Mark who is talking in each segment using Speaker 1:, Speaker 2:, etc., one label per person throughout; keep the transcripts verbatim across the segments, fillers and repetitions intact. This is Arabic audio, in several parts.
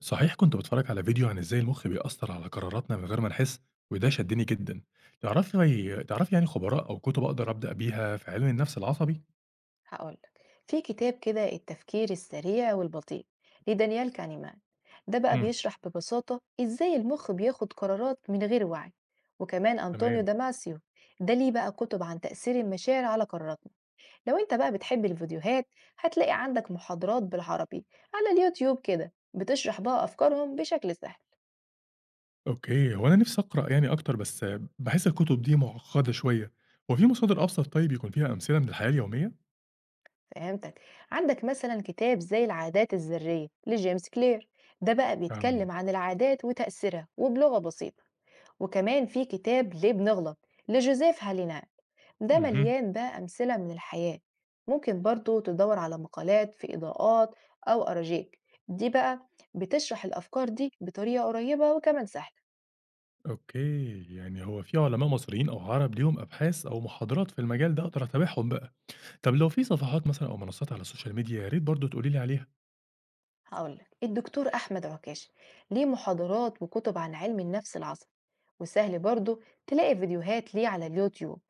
Speaker 1: صحيح. كنت بتفرج على فيديو عن ازاي المخ بيأثر على قراراتنا من غير ما نحس، وده شدني جدا. تعرفي تعرفي يعني خبراء او كتب اقدر ابدا بيها في علم النفس العصبي؟
Speaker 2: هقولك، في كتاب كده التفكير السريع والبطيء لدانيال كانيمان. ده بقى
Speaker 1: امم.
Speaker 2: بيشرح ببساطة ازاي المخ بياخد قرارات من غير وعي. وكمان أنطونيو
Speaker 1: تمام.
Speaker 2: داماسيو، ده ليه بقى كتب عن تأثير المشاعر على قراراتنا. لو انت بقى بتحب الفيديوهات، هتلاقي عندك محاضرات بالعربي على اليوتيوب كده بتشرح بقى أفكارهم بشكل سهل.
Speaker 1: اوكي، هو انا نفسي اقرا يعني اكتر، بس بحس الكتب دي معقده شويه. هو في مصادر ابسط طيب يكون فيها امثله من الحياه اليوميه؟
Speaker 2: فهمتك، عندك مثلا كتاب زي العادات الذرية لجيمس كلير، ده بقى
Speaker 1: فعلا.
Speaker 2: بيتكلم عن العادات وتأثيرها وبلغة بسيطة. وكمان في كتاب ليه بنغلط لجوزيف هالينا، ده
Speaker 1: امم.
Speaker 2: مليان بقى أمثلة من الحياة. ممكن برضو تدور على مقالات في إضاءات أو أراجيك، دي بقى بتشرح الأفكار دي بطريقة قريبة وكمان سهلة.
Speaker 1: اوكي، يعني هو في علماء مصريين او عرب ليهم ابحاث او محاضرات في المجال ده اقدر اتابعهم بقى؟ طب لو في صفحات مثلا او منصات على السوشيال ميديا، يا ريت برضه تقولي لي عليها.
Speaker 2: هقولك الدكتور أحمد عكاش ليه محاضرات وكتب عن علم النفس العصبي، وسهل برضو تلاقي فيديوهات ليه على اليوتيوب.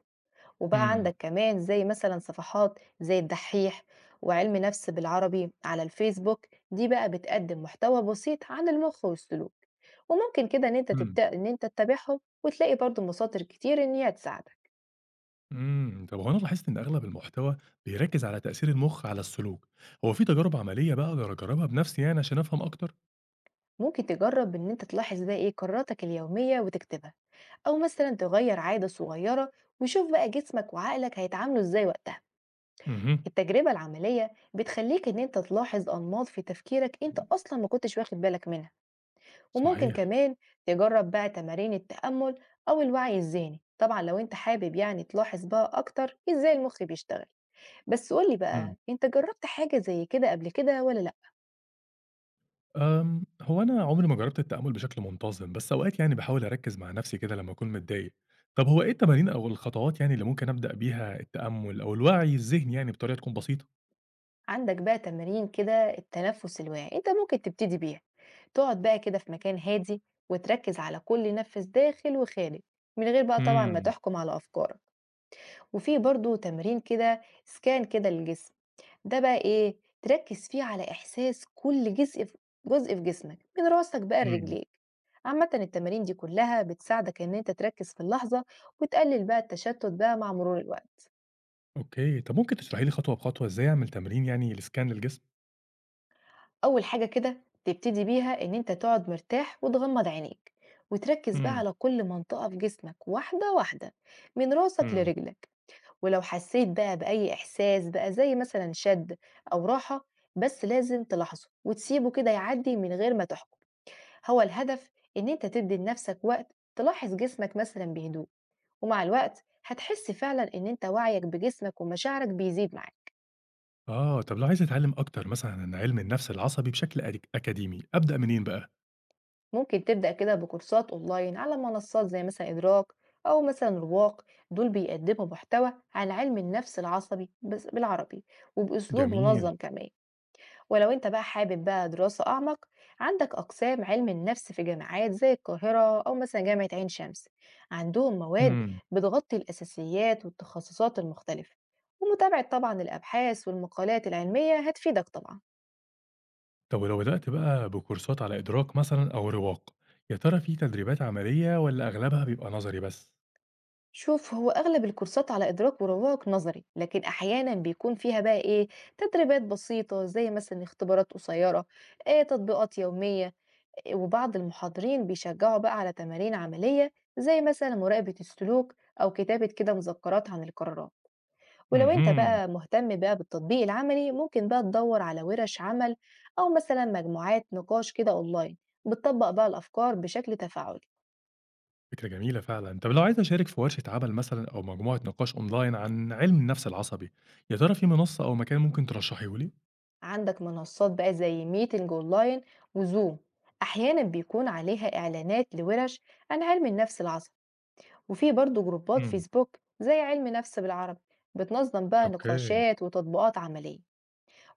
Speaker 2: وبقى
Speaker 1: امم.
Speaker 2: عندك كمان زي مثلا صفحات زي الدحيح وعلم نفس بالعربي على الفيسبوك، دي بقى بتقدم محتوى بسيط عن المخ والسلوك. وممكن كده ان انت تبدأ ان انت تتابعهم وتلاقي برضو مصادر كتير ان هي تساعدك.
Speaker 1: امم، طب هو انا لاحظت ان اغلب المحتوى بيركز على تأثير المخ على السلوك. هو في تجارب عملية بقى اقدر اجربها بنفسي يعني عشان افهم اكتر؟
Speaker 2: ممكن تجرب ان انت تلاحظ بقى ايه قراراتك اليومية وتكتبها، او مثلا تغير عادة صغيرة، وشوف بقى جسمك وعقلك هيتعاملوا ازاي وقتها.
Speaker 1: امم.
Speaker 2: التجربة العملية بتخليك ان انت تلاحظ انماط في تفكيرك انت اصلا ما كنتش واخد بالك منها. وممكن
Speaker 1: صحيح.
Speaker 2: كمان تجرب بقى تمارين التأمل أو الوعي الذهني، طبعا لو انت حابب يعني تلاحظ بقى أكتر ازاي المخ بيشتغل. بس قولي بقى
Speaker 1: امم.
Speaker 2: انت جربت حاجة زي كده قبل كده ولا لأ؟
Speaker 1: أم هو انا عمري ما جربت التأمل بشكل منتظم، بس اوقات يعني بحاول اركز مع نفسي كده لما اكون متضايق. طب هو ايه التمارين او الخطوات يعني اللي ممكن ابدأ بيها التأمل او الوعي الذهني، يعني بطريقة تكون بسيطة؟
Speaker 2: عندك بقى تمارين كده التنفس الواعي انت ممكن تبتدي بيها، تقعد بقى كده في مكان هادي وتركز على كل نفس داخل وخارج، من غير بقى طبعا ما
Speaker 1: امم.
Speaker 2: تحكم على أفكارك. وفي برضو تمرين كده سكان كده للجسم، ده بقى إيه، تركّز فيه على إحساس كل جزء ف جزء في جسمك، من راسك بقى
Speaker 1: امم.
Speaker 2: لرجليك. عامةً التمارين دي كلّها بتساعدك إن أنت تركّز في اللحظة، وتقلل بقى التشتت بقى مع مرور الوقت.
Speaker 1: اوكي، طب ممكن تشرحي لي خطوة بخطوة ازاي اعمل تمرين يعني لسكان للجسم؟
Speaker 2: أول حاجة كده تبتدي بيها إن أنت تقعد مرتاح وتغمض عينيك، وتركّز بقى على كل منطقة في جسمك واحدة، واحدة، من راسك
Speaker 1: امم.
Speaker 2: لرجلك. ولو حسيت بقى بأي إحساس بقى زي مثلًا شَد أو راحة، بس لازم تلاحظه وتسيبه كده يعدّي من غير ما تحكم. هو الهدف إن أنت تدي لنفسك وقت تلاحظ جسمك مثلا بهدوء، ومع الوقت هتحس فعلا إن أنت وعيك بجسمك ومشاعرك بيزيد معاك.
Speaker 1: آه، طب لو عايز أتعلم أكتر مثلًا عن علم النفس العصبي بشكل أك أكاديمي، أبدأ منين بقى؟
Speaker 2: ممكن تبدأ كده بكورسات أونلاين على منصات زي مثلا إدراك أو مثلا رواق، دول بيقدموا محتوى عن علم النفس العصبي بس- بالعربي وبأسلوب
Speaker 1: جميل.
Speaker 2: منظم كمان. ولو انت بقى حابب بقى دراسة أعمق، عندك أقسام علم النفس في جامعات زي القاهرة أو مثلا جامعة عين شمس، عندهم مواد
Speaker 1: إمم.
Speaker 2: بتغطي الأساسيات والتخصصات المختلفة. ومتابعة طبعا الأبحاث والمقالات العلمية هتفيدك طبعا.
Speaker 1: طب ولو بدأت بقى بكورسات على إدراك مثلًا أو رواق، يا ترى في تدريبات عملية والّا أغلبها بيبقى نظري بس؟
Speaker 2: شوف، هو أغلب الكورسات على إدراك ورواق نظري، لكن أحيانا بيكون فيها بقى إيه، تدريبات بسيطة زي مثلا اختبارات قصيرة، إيه، تطبيقات يومية. وبعض المحاضرين بيشجعوا بقى على تمارين عملية زي مثلا مراقبة السلوك أو كتابة كده مذكرات عن القرارات. ولو أنت
Speaker 1: اهم.
Speaker 2: بقى مهتم بقى بالتطبيق العملي، ممكن بقى تدور على ورش عمل أو مثلا مجموعات نقاش كده أونلاين بتطبق بقى الأفكار بشكل تفاعلي.
Speaker 1: فكرة جميلة فعلًا. طب لو عايز أشارك في ورشة عمل مثلًا أو مجموعة نقاش أونلاين عن علم النفس العصبي، يا ترى في منصة أو مكان ممكن ترشحيه لي؟
Speaker 2: عندك منصات بقى زي ميتنج أونلاين وزوم، أحيانا بيكون عليها إعلانات لورش عن علم النفس العصبي. وفي برضو جروبات
Speaker 1: إمم.
Speaker 2: فيسبوك زي علم نفس بالعربي، بتنظم بقى
Speaker 1: أوكي.
Speaker 2: نقاشات وتطبيقات عملية.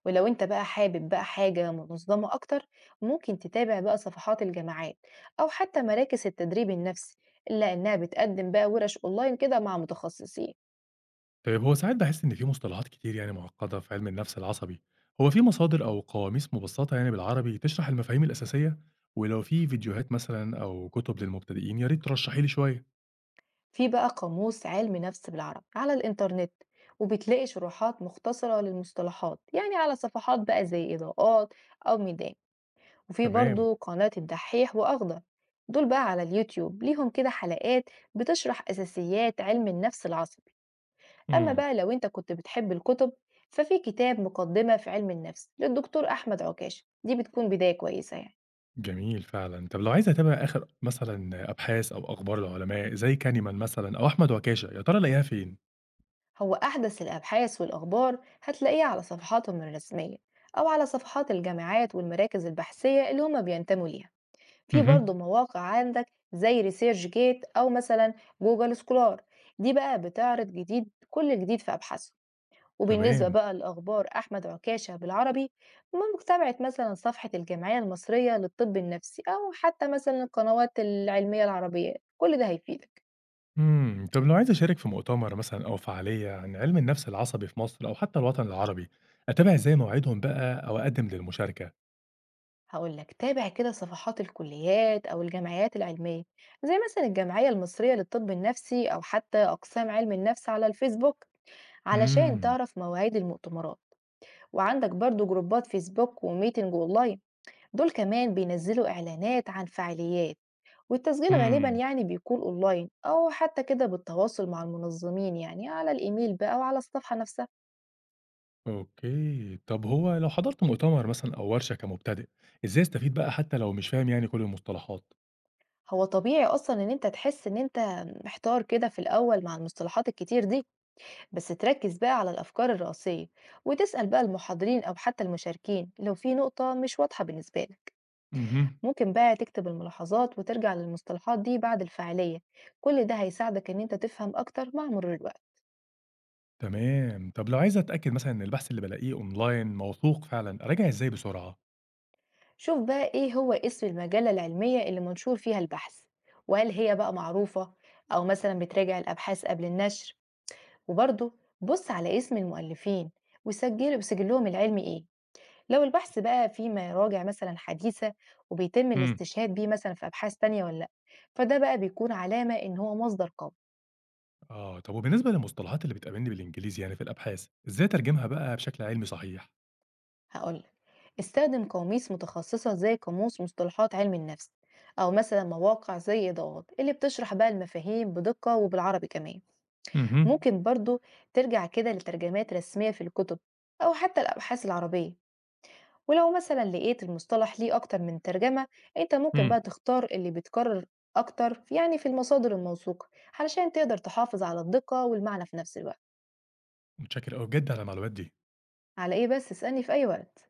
Speaker 2: ولو انت بقى حابب بقى حاجة منظمة اكتر، ممكن تتابع بقى صفحات الجامعات او حتى مراكز التدريب النفسي، الا انها بتقدم بقى ورش اونلاين كده مع متخصصين.
Speaker 1: طيب هو ساعات باحس إن في مصطلحات كتير يعني معقدة في علم النفس العصبي. هو في مصادر أو قواميس مبسطة يعني بالعربي تشرح المفاهيم الأساسية؟ ولو في فيديوهات مثلًا أو كتب للمبتدئين، يا ريت ترشحي لي شوية.
Speaker 2: في بقى قاموس علم نفس بالعربي على الانترنت، وبتلاقي شروحات مختصرة للمصطلحات يعني على صفحات بقى زي اضاءات او ميدان. وفي
Speaker 1: تمام.
Speaker 2: برضو قناة الدحيح وأخضر، دول بقى على اليوتيوب ليهم كده حلقات بتشرح أساسيات علم النفس العصبي. أما
Speaker 1: إمم.
Speaker 2: بقى لو أنت كنت بتحب الكتب، ففي كتاب مقدمة في علم النفس للدكتور أحمد عكاش، دي بتكون بداية كويسة يعني.
Speaker 1: جميل فعلًا. طب لو عايز أتابع آخر مثلًا أبحاث أو أخبار العلماء زي كانيمان مثلًا أو أحمد عكاشة، يا ترى ألاقيها فين؟
Speaker 2: هو أحدث الأبحاث والأخبار هتلاقيه على صفحاتهم الرسمية، أو على صفحات الجامعات والمراكز البحثية اللي هما بينتموا ليها. في برضه
Speaker 1: اهم.
Speaker 2: مواقع عندك زي ريسيرش جيت أو مثلا جوجل سكولار، دي بقى بتعرض جديد كل جديد في أبحاثه. وبالنسبة
Speaker 1: تمام.
Speaker 2: بقى لأخبار أحمد عكاشة بالعربي، متابعة مثلا صفحة الجمعية المصرية للطب النفسي أو حتى مثلا القنوات العلمية العربية كل ده هيفيدك.
Speaker 1: إمم، طب لو عايز أشارك في مؤتمر مثلًا أو فعالية عن علم النفس العصبي في مصر أو حتى الوطن العربي، أتابع إزاي موعدهم بقى أو أقدم للمشاركة؟
Speaker 2: هقولك، تابع كده صفحات الكليات أو الجمعيات العلمية زي مثلا الجمعية المصرية للطب النفسي أو حتى أقسام علم النفس على الفيسبوك علشان
Speaker 1: إمم.
Speaker 2: تعرف مواعيد المؤتمرات. وعندك برضو جروبات فيسبوك وميتنج اونلاين، دول كمان بينزلوا اعلانات عن فعاليات، والتسجيل غالبا
Speaker 1: إمم.
Speaker 2: يعني بيكون اونلاين او حتى كده بالتواصل مع المنظمين يعني على الايميل بقى وعلى الصفحة نفسها.
Speaker 1: أوكي. طب هو لو حضرت مؤتمر مثلًا أو ورشة كمبتدئ، إزاي أستفيد بقى حتى لو مش فاهم يعني كل المصطلحات؟
Speaker 2: هو طبيعي اصلا ان انت تحس ان انت محتار كده في الاول مع المصطلحات الكتير دي، بس تركز بقى على الافكار الرئيسية وتسأل بقى المحاضرين او حتى المشاركين لو في نقطة مش واضحة بالنسبة لك.
Speaker 1: اهم.
Speaker 2: ممكن بقى تكتب الملاحظات وترجع للمصطلحات دي بعد الفعالية، كل ده هيساعدك ان انت تفهم اكتر مع مرور الوقت.
Speaker 1: تمام. طب لو عايز أتأكد مثلًا إن البحث اللي بالاقيه أونلاين موثوق فعلًا، أراجع إزاي بسرعة؟
Speaker 2: شوف بقى ايه هو اسم المجلة العلمية اللي منشور فيها البحث، وهل هي بقى معروفة او مثلا بتراجع الابحاث قبل النشر. وبرضه بص على اسم المؤلفين وسجل وسجلهم العلمي ايه، لو البحث بقى فيه مراجع مثلا حديثة وبيتم
Speaker 1: إمم.
Speaker 2: الاستشهاد بيه مثلا في ابحاث تانية ولا لا، فده بقى بيكون علامة ان هو مصدر قوي.
Speaker 1: آه، طب وبالنسبة للمصطلحات اللي بتقابلني بالإنجليزي يعني في الأبحاث، إزاي أترجمها بقى بشكل علمي صحيح؟
Speaker 2: هقولك، استخدم قواميس متخصصة زي قاموس مصطلحات علم النفس أو مثلا مواقع زي ضغط اللي بتشرح بقى المفاهيم بدقة وبالعربي كمان.
Speaker 1: اهم.
Speaker 2: ممكن برضو ترجع كده لترجمات رسمية في الكتب أو حتى الأبحاث العربية. ولو مثلا لقيت المصطلح ليه أكتر من ترجمة، أنت ممكن
Speaker 1: إمم.
Speaker 2: بقى تختار اللي بيتكرر أكتر يعني في المصادر الموثوقة، علشان تقدر تحافظ على الدقة والمعنى في نفس الوقت.
Speaker 1: متشكر أوي بجد على المعلومات دي.
Speaker 2: على إيه بس، اسألني في أي وقت.